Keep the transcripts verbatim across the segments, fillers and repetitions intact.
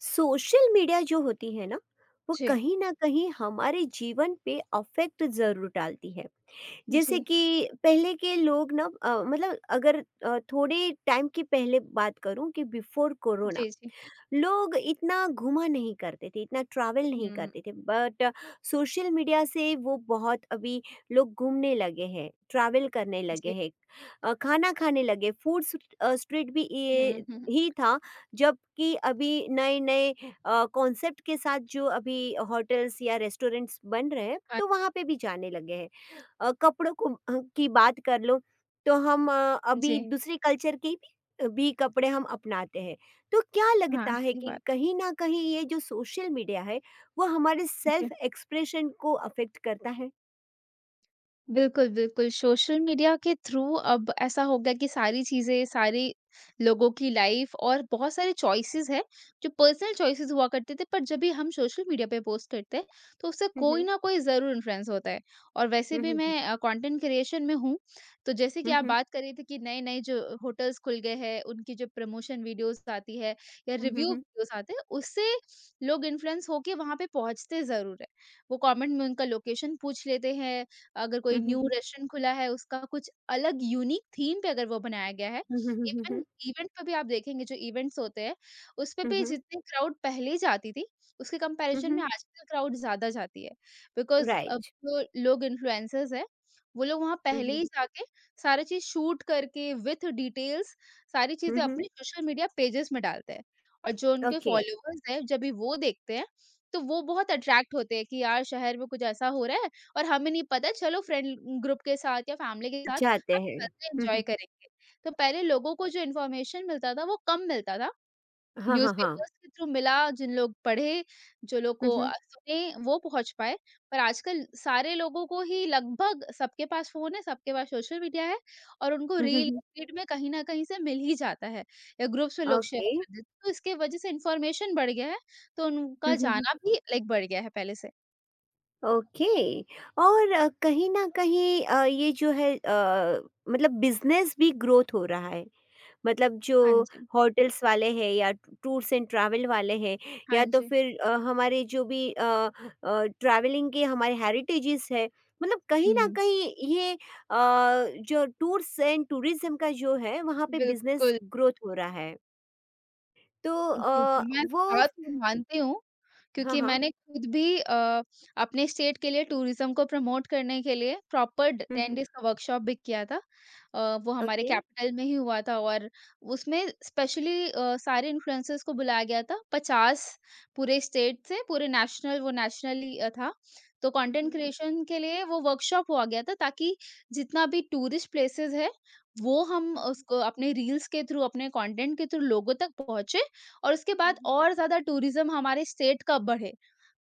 Social media जो होती है ना, वो जी, कहीं ना कहीं हमारे जीवन पे अफेक्ट जरूर डालती है। जैसे जी, कि पहले के लोग ना अ, मतलब अगर अ, थोड़े टाइम की पहले बात करूं कि बिफोर कोरोना जी, जी। लोग इतना घुमा नहीं करते थे, इतना ट्रैवल हुँ, नहीं करते थे बट सोशल मीडिया से वो बहुत अभी लोग घूमने लगे हैं, ट्रैवल करने लगे जी। हैं, अ, खाना खाने लगे, फूड स्ट्र- अ, स्ट्रीट भी हुँ, ये हुँ। ही था। जबकि अभी नए नए कॉन्सेप्ट के साथ जो अभी होटल्स या रेस्टोरेंट्स बन रहे हैं हाँ तो वहाँ पे भी जाने लगे हैं। अ, कपड़ों को अ, की बात कर लो, तो हम अ, अभी जी, दूसरे कल्चर के भी भी कपड़े हम अपनाते हैं। तो क्या लगता हाँ, है सही कि बात कहीं न कहीं ये जो सोशल मीडिया है, वो हमारे है। जी। सेल्फ एक्सप्रेशन को अफ़ेक्ट करता है? बिल्कुल, बिल्कुल। सोशल मीडिया के थ्रू अब ऐसा हो गया कि सारी चीज़ें, सारे लोगों की लाइफ़ और बहुत सारे चॉइसेस हैं, जो पर्सनल चॉइसेस हुआ करते थे, पर जब भी हम सोशल मीडिया पे पोस्ट करते हैं, तो उससे हुँ, कोई हुँ। ना कोई ज़रूर इन्फ्लुएंस होता है। और वैसे हुँ, भी मैं हुँ। अ, कंटेंट क्रिएशन में हूँ, तो जैसे कि हुँ, आप हुँ। बात कर रहे थे कि नए-नए जो होटल्स खुल गए हैं, उनकी जो प्रमोशन वीडियोज़ आती है या हुँ, हुँ, रिव्यू हुँ। वीडियोज़ आते हैं, उससे लोग इन्फ्लुएंस होके वहाँ पे पहुँचते ज़रूर हैं। वो कमेंट में उनका लोकेशन पूछ लेते हैं अगर कोई हुँ, हुँ, न्यू हुँ। रेस्टोरेंट खुला है उसका कुछ अलग यूनिक थीम पे अगर वो बनाया गया है, हुँ, हुँ, हुँ, हुँ, इवन हुँ। इवेंट पे भी आप देखेंगे जो इवेंट्स होते हैं, उसपे हुँ, भी हुँ। जितनी क्राउड पहले जाती थी, उसके हुँ, कंपैरिज़न में हुँ। आजकल क्राउड ज़्यादा जाती है। बिकॉज़ अब राइट। जो लोग इन्फ्लुएंसर्स हैं, वो लोग वहाँ हुँ, पहले हुँ। ही जाके सारी चीज़ शूट करके विथ डिटेल्स सारी हुँ, चीज़ें हुँ। अपने सोशल मीडिया पेजेस में डालते हैं। और जो उनके ओके, फॉलोवर्स हैं, जब भी वो देखते हैं, तो वो बहुत अट्रैक्ट होते हैं कि यार शहर में कुछ ऐसा हो रहा है और हमें नहीं पता चलो फ्रेंड ग्रुप के साथ या फैमिली के साथ जाते हम हैं। चलते हुँ, एंजॉय हुँ। करेंगे। तो पहले लोगों को जो इन्फॉर्मेशन मिलता था वो कम मिलता था। हाँ, हाँ, हाँ। न्यूज़पेपर्स के थ्रू मिला, जिन लोग पढ़े, जो लोग हुँ, को अ, हुँ। सुने वो पहुँच पाए। पर आजकल सारे लोगों को ही लगभग सबके पास फ़ोन है, सबके पास सोशल मीडिया है और उनको हुँ, हुँ, रील हुँ। फीड में कहीं न कहीं से मिल ही जाता है या ग्रुप्स में लोग शेयर ओके। कर देते हैं। तो इसके वजह से इन्फॉर्मेशन बढ़ गया है, तो उनका हुँ, हुँ, हुँ। जाना भी लाइक बढ़ गया है पहले से। ओके। और अ, कहीं न कहीं अ, ये जो है अ, मतलब बिज़नेस भी ग्रोथ हो रहा है। मतलब जो हाँ जी। होटल्स वाले हैं या टूर्स एंड ट्रैवल वाले हैं, हाँ या तो जी। फिर अ, हमारे जो भी अ अ, ट्रैवलिंग के हमारे हेरिटेजेस है, मतलब कहीं न हुँ। कहीं ये अ, जो टूर्स एंड टूरिज़्म का जो है वहाँ पे बिज़नेस बिल्कुल ग्रोथ हो रहा है। तो जी, अ, जी। मैं इस वो बात को मानती हूँ, हाँ, क्योंकि हाँ। मैंने खुद भी अ, अपने स्टेट के लिए टूरिज़्म को प्रमोट करने के लिए प्रॉपर ड हुँ, टेन हुँ। डेज़ का वर्कशॉप भी किया था। अ, वो हमारे ओके। कैपिटल में ही हुआ था और उसमें स्पेशली अ, सारे इन्फ्लुएंसर्स को बुलाया गया था। पचास पूरे स्टेट से, पूरे नेशनल वो नेशनली अ, था। तो हुँ, कंटेंट हुँ, क्रिएशन के लिए वो वर्कशॉप हुआ गया था ताकि जितना भी टूरिस्ट प्लेसेस है, वो हम हुँ, उसको अपने रील्स के थ्रू, अपने कंटेंट के थ्रू लोगों तक पहुँचे और उसके बाद हुँ, और ज़्यादा टूरिज़्म हमारे स्टेट का बढ़े।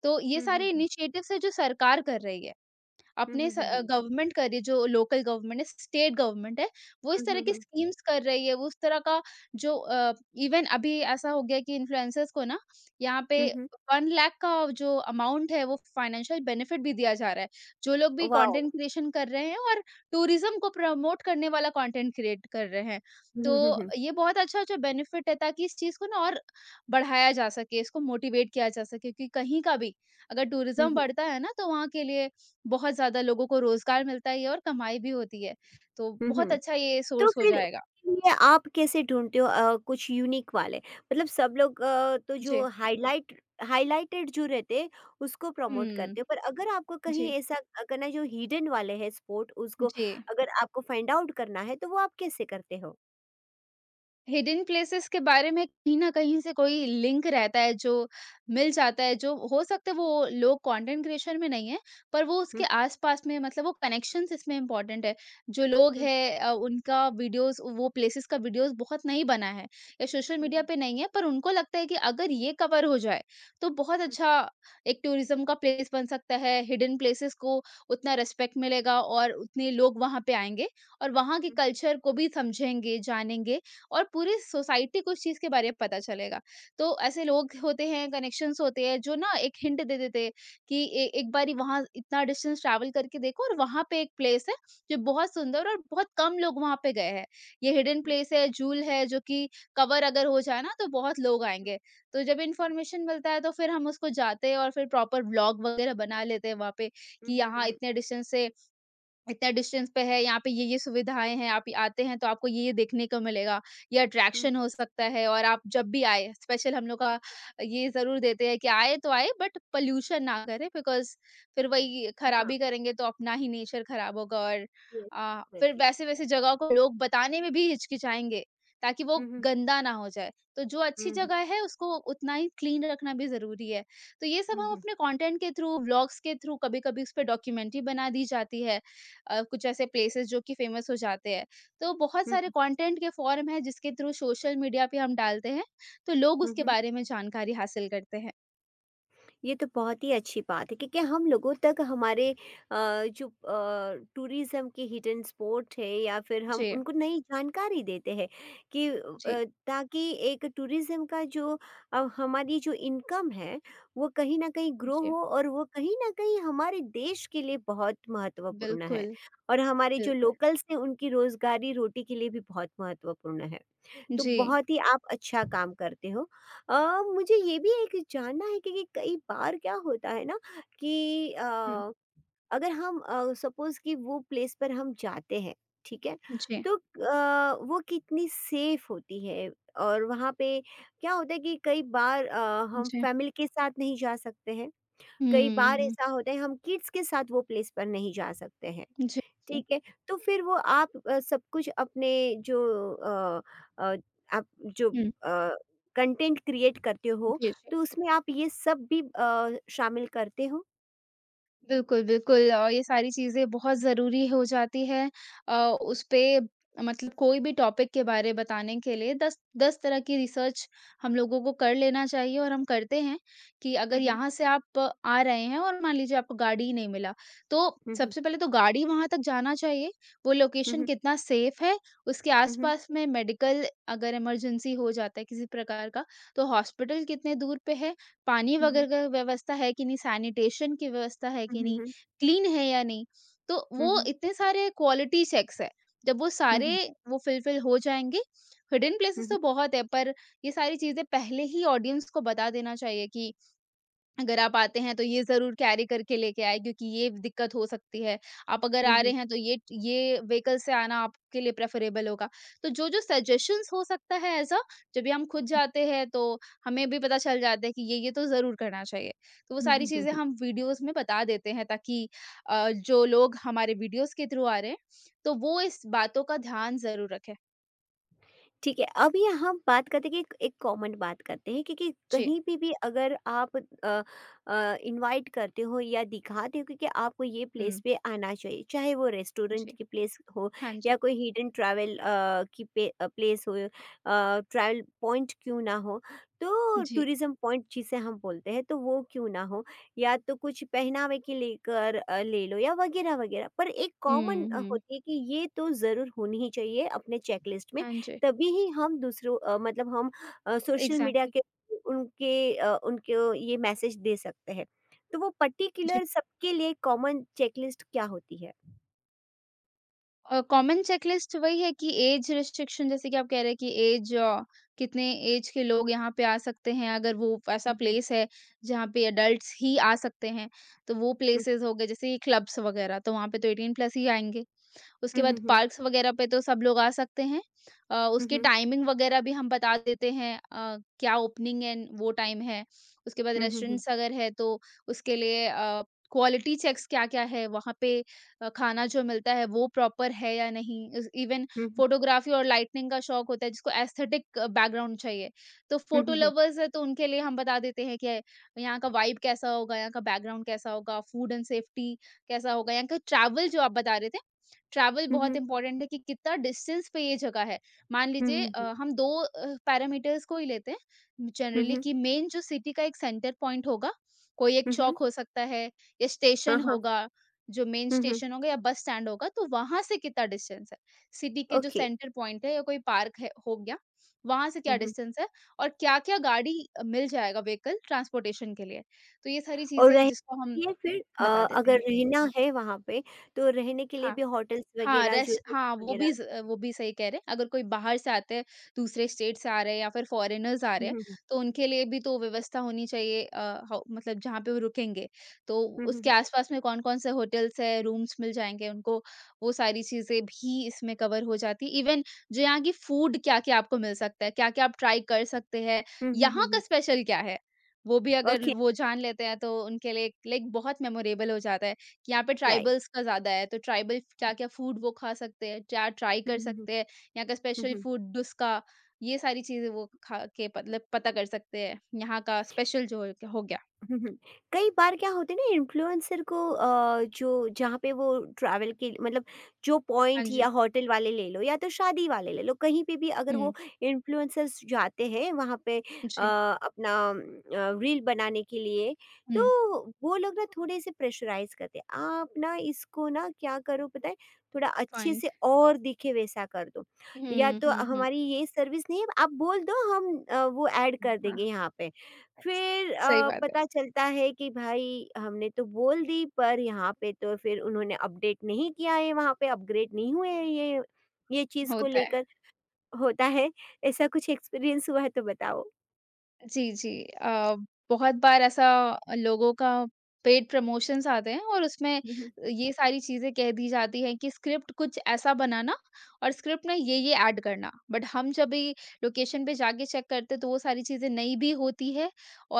तो ये हुँ, हुँ, सारे हुँ, इनिशिएटिव्स हैं जो सरकार कर रही है। हुँ, अपने हुँ, स हुँ, अ, हुँ, हुँ, गवर्नमेंट कर रही है जो लोकल गवर्नमेंट है, स्टेट गवर्नमेंट है, वो इस हुँ, तरह की हुँ, स्कीम्स कर रही है, वो उस तरह का जो अ, इवन अभी ऐसा हो गया कि इन्फ्लुएंसर्स को ना यहाँ पे हुँ, हुँ। एक लाख का जो अमाउंट है वो फाइनेंशियल बेनिफिट भी दिया जा रहा है। जो लोग भी वाओ! कंटेंट क्रिएशन कर रहे हैं और टूरिज़्म को प्रमोट करने वाला कंटेंट क्रिएट कर रहे हैं। हुँ, तो हुँ, हुँ, हुँ। ये बहुत अच्छा-अच्छा बेनिफिट है ताकि इस चीज़ को ना और बढ़ाया जा सके, इसको मोटिवेट किया जा सके कि कहीं का भी अगर हुँ, टूरिज़्म हुँ, बढ़ता है ना तो वहाँ के लिए बहुत ज़्यादा लोगों को रोज़गार मिलता है और कमाई भी होती है। तो हुँ, बहुत हुँ। अच्छा ये तो सोर्स हो फिर जाएगा। उसके लिए आप कैसे ढूँढते हो अ, कुछ यूनिक वाले? मतलब सब लोग अ, तो जो जी। हाइलाइट हाइलाइटेड जो रहते हैं, उसको प्रमोट हुँ। करते हो। पर अगर आपको कहीं जी, ऐसा अ, करना है जो हिडन वाले हैं स्पॉट, उसको जी। अगर आपको फाइंड आउट करना है, तो वो आप कैसे करते हो? हिडन प्लेसेस के बारे में कहीं न कहीं से कोई लिंक रहता है जो मिल जाता है, जो हो सकता है वो लोग कंटेंट क्रिएशन में नहीं है, पर वो उसके हुँ, आस-पास में मतलब वो कनेक्शंस इसमें इम्पोर्टेंट है। जो लोग हुँ, हैं अ, उनका वीडियोज़ वो प्लेसेस का वीडियोज़ बहुत नहीं बना है या सोशल हुँ, मीडिया हुँ, पे नहीं है, पर उनको लगता है कि अगर ये कवर हो जाए, तो बहुत हुँ, अच्छा एक टूरिज़्म का प्लेस बन सकता है, हिडन प्लेसेस को उतना रिस्पेक्ट मिलेगा और उतने लोग वहाँ पे आएँगे और वहाँ के हुँ, कल्चर को भी समझेंगे, जानेंगे और पूरी सोसाइटी को उस चीज़ के बारे में पता चलेगा। तो ऐसे लोग होते हैं, कनेक्शंस होते हैं जो ना एक हिंट दे देते हैं कि ए एक बारी वहाँ इतना डिस्टेंस ट्रैवल करके देखो और वहाँ पे एक प्लेस है जो बहुत सुंदर और बहुत कम लोग वहाँ पे गए हैं। ये हिडन हुँ, प्लेस है, जूल है जो कि कवर अगर हो जाए ना तो बहुत लोग आएँगे। तो जब इन्फॉर्मेशन मिलता है तो फिर हम उसको जाते हैं और फिर प्रॉपर व्लॉग वगैरह बना लेते हैं वहाँ पे कि हुँ, हुँ, यहाँ हुँ, हुँ, इतने डिस्टेंस से इतना डिस्टेंस पे है, यहाँ पे ये-ये सुविधाएँ हैं, आप आते हैं तो आपको ये-ये देखने को मिलेगा, ये हुँ, अट्रैक्शन हो सकता है और आप जब भी आएँ, स्पेशल हम लोग का ये ज़रूर देते हैं कि आए तो आए बट पॉल्यूशन ना करें बिकॉज़ फिर वही हुँ, हाँ, खराबी करेंगे तो अपना ही नेचर खराब होगा और यस, अ, फिर एग्ज़ैक्टली। वैसे-वैसे जगह को लोग बताने में भी हिचकिचाएँगे, ताकि वो हुँ, हुँ, गंदा ना हो जाए। तो जो अच्छी हुँ, हुँ, जगह है उसको उतना ही क्लीन रखना भी ज़रूरी है। तो ये सब हुँ, हुँ, हम हुँ, अपने कंटेंट के थ्रू, व्लॉग्स के थ्रू, कभी-कभी उस पे डॉक्यूमेंट्री बना दी जाती है। अ, कुछ ऐसे प्लेसेस जो कि फेमस हो जाते हैं। तो बहुत हुँ, सारे कंटेंट के फॉर्म हैं जिसके थ्रू सोशल मीडिया पे हम डालते हैं, तो लोग हुँ, उसके हुँ। बारे में जानकारी हासिल करते हैं। ये तो बहुत ही अच्छी बात है क्योंकि हम लोगों तक हमारे अ, जो टूरिज्म के हिडन स्पॉट है या फिर हम जी, उनको नई जानकारी देते हैं कि जी, अ, ताकि एक टूरिज्म का जो अ, हमारी जो इनकम है, वो कहीं ना कहीं ग्रो जी। हो, और वो कहीं ना कहीं हमारे देश के लिए बहुत महत्वपूर्ण है, बिल्कुल, और हमारे जो बिल्कुल। लोकल्स हैं उनकी रोजगारी रोटी के लिए भी बहुत महत्वपूर्ण है। तो जी। बहुत ही आप अच्छा काम करते हो। अ, मुझे ये भी एक जानना है क्योंकि कई बार क्या होता है ना, कि अ, हुँ। अगर हम अ, सपोज़ कि वो प्लेस पर हम जाते हैं, ठीक है? जी, तो अ, वो कितनी सेफ़ होती है, और वहाँ पे क्या होता है कि कई बार अ, हम जी। फैमिली के साथ नहीं जा सकते हैं, कई बार हुँ। ऐसा होता है हम किड्स के साथ वो प्लेस पर नहीं जा सकते हैं। जी, जी। ठीक है, तो फिर वो आप अ, सब कुछ अपने जो अ अ, आप जो हुँ। अ, कंटेंट क्रिएट करते हो, जी, जी। तो उसमें आप ये सब भी अ, शामिल करते हो? बिल्कुल, बिल्कुल और ये सारी चीज़ें बहुत ज़रूरी हो जाती है अ, उसपे मतलब कोई भी टॉपिक के बारे बताने के लिए दस, दस तरह की रिसर्च हम लोगों को कर लेना चाहिए और हम करते हैं कि अगर हुँ, हुँ। यहाँ से आप आ रहे हैं और मान लीजिए आपको गाड़ी ही नहीं मिला, तो हुँ, हुँ। सबसे पहले तो गाड़ी वहाँ तक जाना चाहिए, वो हुँ, लोकेशन हुँ। कितना सेफ़ है, उसके हुँ, हुँ। आस-पास में मेडिकल अगर इमरजेंसी हो जाता है किसी प्रकार का, तो हॉस्पिटल कितने दूर पे है पानी हुँ, वगैरह हुँ। का व्यवस्था है कि नहीं, सैनिटेशन की व्यवस्था है कि नहीं, क्लीन है या नहीं। तो हुँ, वो हुँ। इतने सारे क्वालिटी चेक्स हैं। जब वो हुँ, सारे हुँ। वो फुलफिल हो जाएँगे हिडन हुँ, प्लेसेस तो हुँ। बहुत है पर ये सारी चीज़ें पहले ही ऑडियंस को बता देना चाहिए कि अगर आप आते हैं तो ये ज़रूर कैरी करके लेके आएँ क्योंकि ये दिक्कत हो सकती है। आप अगर हुँ, हुँ। आ हुँ, रहे हुँ। हैं तो ये ये व्हीकल से आना आपके लिए प्रेफ़रेबल होगा। तो जो-जो सजेशंस हो सकता है ऐसा जब भी हम खुद जाते हैं तो हमें भी पता चल जाता है कि ये, ये तो ज़रूर करना चाहिए। तो वो हुँ, सारी हुँ। हुँ, चीज़ें हुँ। हम वीडियोज़ में बता देते हैं ताकि अ, जो लोग हमारे वीडियोज़ के थ्रू आ रहे हैं तो वो इस बातों का ध्यान ज़रूर रखें। ठीक है, अभी हम बात करते हैं कि एक कॉमन बात करते हैं, क्योंकि जी। कहीं पे भी अगर आप अ अ, इनवाइट करते हो या दिखाते हो क्योंकि आपको ये हुँ। प्लेस पे आना चाहिए, चाहे वो रेस्टोरेंट जी। की प्लेस हो हाँ जी। या कोई हिडन ट्रैवल अ, की पे अ, प्लेस हो अ, ट्रैवल पॉइंट क्यों ना हो, तो जी। टूरिज़्म पॉइंट जिसे हम बोलते हैं, तो वो क्यों ना हो, या तो कुछ पहनावे के लेकर अ, ले लो या वगैरह-वगैरह। पर एक कॉमन हुँ, अ, हुँ। होती है कि ये तो ज़रूर होनी ही चाहिए अपने चेकलिस्ट में। हाँ जी। तभी ही हम दूसरों अ, मतलब हम अ, सोशल मीडिया एग्ज़ैक्टली। के उनके अ, उनको ये मैसेज दे सकते हैं। तो वो जी। पर्टिकुलर सबके लिए कॉमन चेकलिस्ट क्या होती है? अ, कॉमन चेकलिस्ट वही है कि एज रिस्ट्रिक्शन जैसे कि आप कह रहे हैं कि एज अ, कितने एज के लोग यहाँ पे आ सकते हैं, अगर वो ऐसा हुँ, हुँ, प्लेस है जहाँ पे एडल्ट्स ही आ सकते हैं, तो वो हुँ, प्लेसेस हो गए जैसे ये क्लब्स वगैरह, तो वहाँ पे तो एटीन प्लस ही आएँगे। उसके हुँ, बाद हुँ, पार्क्स वगैरह पे तो सब लोग आ सकते हैं। अ, हुँ, उसकी हुँ, टाइमिंग वगैरह भी हम बता देते हैं अ, क्या ओपनिंग एंड वो टाइम है। उसके बाद हुँ, हुँ, हुँ, हुँ, रेस्टोरेंट्स अगर है तो उसके लिए अ, क्वालिटी चेक्स क्या-क्या है, वहाँ पे अ, खाना जो मिलता है वो प्रॉपर है या नहीं। इस इवन हुँ, फ़ोटोग्राफ़ी और लाइटनिंग का शौक होता है जिसको एस्थेटिक बैकग्राउंड चाहिए। तो हुँ, फ़ोटो हुँ, हुँ, हुँ, लवर्स है तो उनके लिए हम बता देते हैं कि यहाँ का वाइब कैसा होगा, यहाँ का बैकग्राउंड कैसा होगा, फूड एंड सेफ्टी कैसा होगा, यहाँ का ट्रैवल जो आप बता रहे थे ट्रैवल हुँ, बहुत हुँ, इंपॉर्टेंट है कि कितना डिस्टेंस पे ये जगह है। मान लीजिए हुँ, अ, हम दो अ, पैरामीटर्स को ही लेते हैं जनरली हुँ, कि मेन जो सिटी का एक सेंटर पॉइंट होगा, कोई एक हुँ, हुँ, चौक हो सकता है या हाँ, स्टेशन हाँ, होगा, जो मेन हुँ, हुँ, स्टेशन होगा या बस स्टैंड होगा, तो वहाँ से कितना डिस्टेंस है। सिटी के जो ओके, सेंटर पॉइंट है या कोई पार्क है हो गया, वहाँ से क्या हुँ, हुँ। डिस्टेंस है और क्या-क्या गाड़ी अ, मिल जाएगा व्हीकल ट्रांसपोर्टेशन के लिए। तो ये सारी और चीज़ें हैं रह जिसको हम ये फिर अ, बता देते अगर हैं। रहना है वहाँ पे, तो रहने के लिए हाँ। भी होटल्स हाँ, वगैरह जो रेस्ट हाँ, वो भी वगैरह स वो भी सही कह रहे हैं। अगर कोई बाहर से आते हैं, दूसरे स्टेट से आ रहे हैं या फिर फ़ॉरेनर्स आ हुँ, रहे हैं, हुँ, तो उनके लिए भी तो व्यवस्था होनी चाहिए अ, हौ मतलब जहाँ पे वो रुकेंगे। तो हुँ, हुँ, उसके हुँ, आस-पास में कौन-कौन से होटल्स हैं, रूम्स मिल जाएँगे उनको, वो सारी चीज़ें भी इसमें कवर हो जाती हैं। इवन जो यहाँ की फूड क्या-क्या आपको मिल सकता है, क्या-क्या आप ट्राई कर सकते हैं, हुँ, हुँ, हुँ, यहाँ का हुँ, स्पेशल क्या है, वो भी अगर ओके, वो जान लेते हैं, तो उनके लिए लाइक बहुत मेमोरेबल हो जाता है। यहाँ पे राइट, ट्राइबल्स का ज़्यादा है, तो ट्राइबल क्या-क्या फूड वो खा सकते हैं, क्या ट्राई हुँ, कर हुँ, हुँ, सकते हैं, यहाँ का हुँ, स्पेशल हुँ। फूड डुस्का, ये सारी चीज़ें वो खा के मतलब पता कर सकते हैं, यहाँ का स्पेशल जो हो हो गया। हुँ, हुँ। कई बार क्या होता है ना, इन्फ्लुएंसर को अ, जो जहाँ पे वो ट्रैवल के मतलब जो हाँ पॉइंट या जी। होटल वाले ले लो, या तो शादी वाले ले लो, कहीं पे भी अगर हुँ, वो इन्फ्लुएंसर्स जाते हैं वहाँ पे अ, जी, अपना अ, रील बनाने के लिए, हुँ, तो वो लोग ना थोड़े से प्रेशराइज़ करते हैं। आप ना इसको ना क्या करो पता है, थोड़ा अच्छे फाइन। से और दिखे वैसा कर दो, या हुँ, तो हुँ, हुँ। हमारी ये सर्विस नहीं है, आप बोल दो हम अ, वो ऐड कर हाँ, देंगे यहाँ पे। फिर सही अ, बात है, पता चलता है कि भाई हमने तो बोल दी, पर यहाँ पे तो फिर उन्होंने अपडेट नहीं किया है, वहाँ पे अपग्रेड नहीं हुए हैं ये ये चीज़ को होता है। लेकर होता है। ऐसा कुछ एक्सपीरियंस हुआ है तो बताओ? जी, जी। अ, बहुत बार ऐसा लोगों का पेड प्रमोशंस आते हैं और उसमें हुँ, हुँ, ये सारी चीज़ें कह दी जाती हैं कि स्क्रिप्ट कुछ ऐसा बनाना और स्क्रिप्ट में ये-ये ऐड करना। बट हम जब भी लोकेशन पे जाके चेक करते हैं तो वो सारी चीज़ें नई भी होती है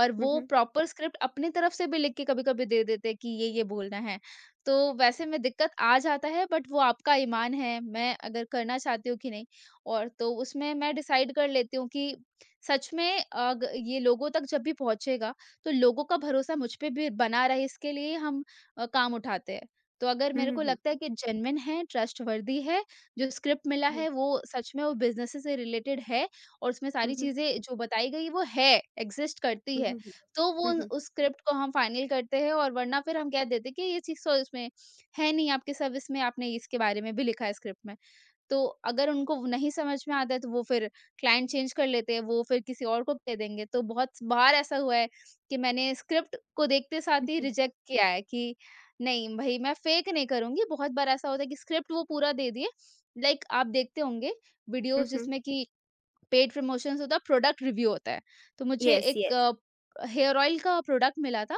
और वो हुँ, प्रॉपर स्क्रिप्ट अपनी तरफ से भी लिख के कभी-कभी दे देते हैं कि ये-ये बोलना है। तो वैसे में दिक्कत आ जाता है बट वो आपका ईमान है, मैं अगर करना चाहती हूँ कि नहीं और तो उसमें मैं डिसाइड कर लेती हूँ कि सच में अ, ग ये लोगों तक जब भी पहुँचेगा, तो लोगों का भरोसा मुझ पे भी बना रहे इसके लिए हम अ, काम उठाते हैं। तो अगर हुँ, मेरे हुँ, को हुँ, लगता है कि जेन्युइन है, ट्रस्टवर्दी है, जो स्क्रिप्ट मिला हुँ, है वो सच में वो बिज़नेस से रिलेटेड है और उसमें हुँ, सारी हुँ, चीज़ें जो बताई गई वो है, एक्ज़िस्ट करती हुँ, है, हुँ, तो वो हुँ, उन- हुँ, उस स्क्रिप्ट को हम फाइनल करते हैं और वरना फिर हम कह देते हैं कि ये चीज़ तो इसमें है नहीं, आपकी सर्विस में आपने इसके बारे में भी लिखा है स्क्रिप्ट में। तो अगर उनको वो नहीं समझ में आता है तो वो फिर क्लाइंट चेंज कर लेते हैं, वो फिर किसी और को दे देंगे। तो बहुत बार ऐसा हुआ है कि मैंने स्क्रिप्ट को देखते साथ हुँ, ही हुँ, रिजेक्ट किया है कि नहीं भई मैं फेक नहीं करूँगी। बहुत बार ऐसा होता है कि स्क्रिप्ट वो पूरा दे दिए, लाइक आप देखते होंगे हुँ, वीडियोज़ हुँ, जिसमें कि पेड प्रमोशंस होता है, प्रोडक्ट रिव्यू होता है। तो मुझे येस, एक येस। अ, हेयर ऑयल का प्रोडक्ट मिला था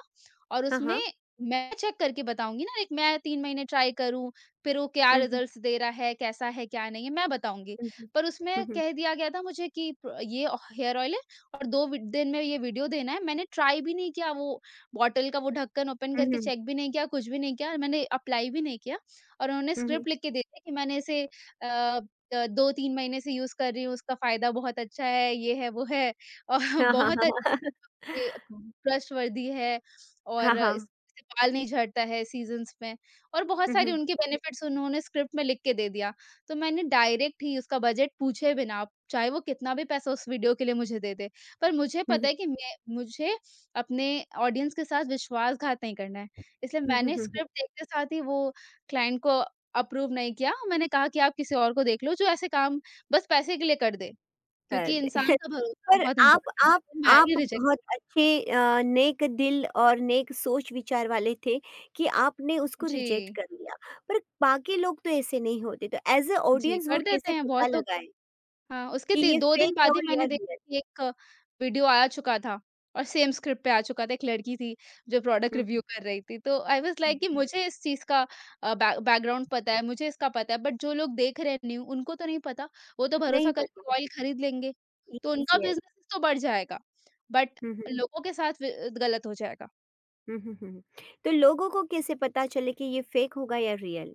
और हाँ, उसमें हाँ। मैं चेक करके बताऊँगी ना, एक मैं तीन महीने ट्राई करूँ, फिर वो क्या हुँ, हुँ, रिज़ल्ट्स दे रहा है, कैसा है, क्या नहीं है, मैं बताऊँगी। हुँ, हुँ, पर हुँ, उसमें हुँ, कह दिया गया था मुझे कि प ये हेयर ऑयल है और दो वि दिन में ये वीडियो देना है। मैंने ट्राई भी नहीं किया, वो बॉटल का वो ढक्कन ओपन हुँ, करके हुँ, चेक भी नहीं किया, कुछ भी नहीं किया, मैंने अप्लाई भी नहीं किया और उन्होंने हुँ, हुँ। स्क्रिप्ट लिख के दे दिया कि मैंने इसे अ, अ, दो तीन महीने से यूज़ कर रही हूँ, उसका फ़ायदा बहुत अच्छा है, ये है, वो है और हाँ, हाँ, बहुत हाँ, अच्छी हाँ। ये अ, ट्रस्टवर्दी है हाँ, और हाँ। इससे बाल नहीं झड़ता है सीज़न्स में और बहुत हुँ, सारी हुँ, उनके बेनिफिट्स उन्होंने स्क्रिप्ट में लिख के दे दिया। तो मैंने डायरेक्ट ही उसका बजट पूछे बिना, चाहे वो कितना भी पैसा उस वीडियो के लिए मुझे दे दे, पर मुझे हुँ, पता हुँ, है कि मैं मुझे अपने ऑडियंस के साथ विश्वासघात नहीं करना है। इसलिए हुँ, हुँ, मैंने हुँ, हुँ। स्क्रिप्ट देखते साथ ही वो क्लाइंट को अप्रूव नहीं किया। मैंने कहा कि आप किसी और को देख लो जो ऐसे काम बस पैसे के लिए कर दे, कर क्योंकि दे। इंसान का भरोसा पर बहुत आप इम्पोर्टेंट है। आप तो आप मैंने रिजेक्ट बहुत अच्छे अ, नेक दिल और नेक सोच विचार वाले थे कि आपने उसको रिजेक्ट जी, कर लिया। पर बाकी लोग तो ऐसे नहीं होते, तो ऐज़ अ जी, ऑडियंस वो कर देते कैसे हैं पता बहुत लोग लगाएँ हाँ, उसके कि ती ये दो दिन फेक है बाद और ही या मैंने देखा रियल? कि एक वीडियो आ चुका था और सेम स्क्रिप्ट पे आ चुका था, एक लड़की थी जो प्रोडक्ट हुँ, हुँ, रिव्यू कर रही थी। तो आई वाज़ हुँ। लाइक कि मुझे इस चीज़ का अ, बैक बैकग्राउंड पता है, मुझे इसका पता है, बट जो लोग देख रहे हैं न्यू उनको तो नहीं पता। वो तो भरोसा नहीं करके पता। ऑयल खरीद लेंगे, तो यस, उनका यस। बिज़नेस तो बढ़ जाएगा, बट हुँ, हुँ। लोगों के साथ व गलत हो जाएगा। हुँ, हुँ, हुँ। तो लोगों को कैसे पता चले कि ये फेक होगा या रियल?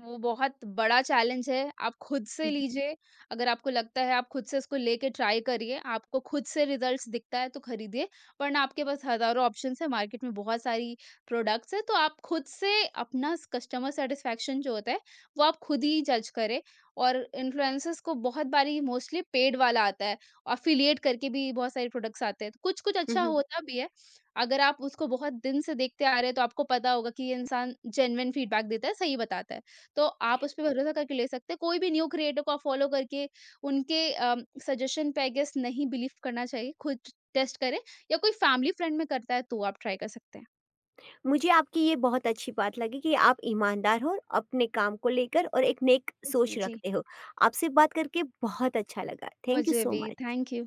वो बहुत बड़ा चैलेंज है। आप खुद से हुँ, हुँ। लीजिए, अगर आपको लगता है आप खुद से इसको लेके ट्राई करिए, आपको खुद से रिज़ल्ट्स दिखता है तो खरीदिए, वरना आपके पास हज़ारों ऑप्शंस हैं, मार्केट में बहुत सारी प्रोडक्ट्स हैं, तो आप खुद से अपना स कस्टमर सैटिस्फैक्शन जो होता है, वो आप खुद ही जज करें और इन्फ्लुएंसर्स को बहुत बारी मोस्टली पेड वाला आता है, एफिलिएट करके भी बहुत सारे प्रोडक्ट्स आते हैं, तो कुछ-कुछ हुँ, अच्छा हुँ। होता भी है। अगर आप उसको बहुत दिन से देखते आ रहे हैं, तो आपको पता होगा कि ये इंसान जेन्युइन फीडबैक देता है, सही बताता है। तो आप उस पे भरोसा करके ले सकते हैं। कोई भी न्यू क्रिएटर को आप फॉलो करके उनके अम, सजेशन पे आई गेस नहीं बिलीव करना चाहिए। खुद टेस्ट करें या कोई फैमिली फ्रेंड में करता है तो आप ट्राई कर सकते हैं। मुझे आपकी ये बहुत अच्छी बात लगी कि आप ईमानदार हो अपने काम को लेकर और एक नेक जी, सोच जी। रखते हो। आपसे बात करके बहुत अच्छा लगा। थैंक यू मुझे सो भी मच। Thank you.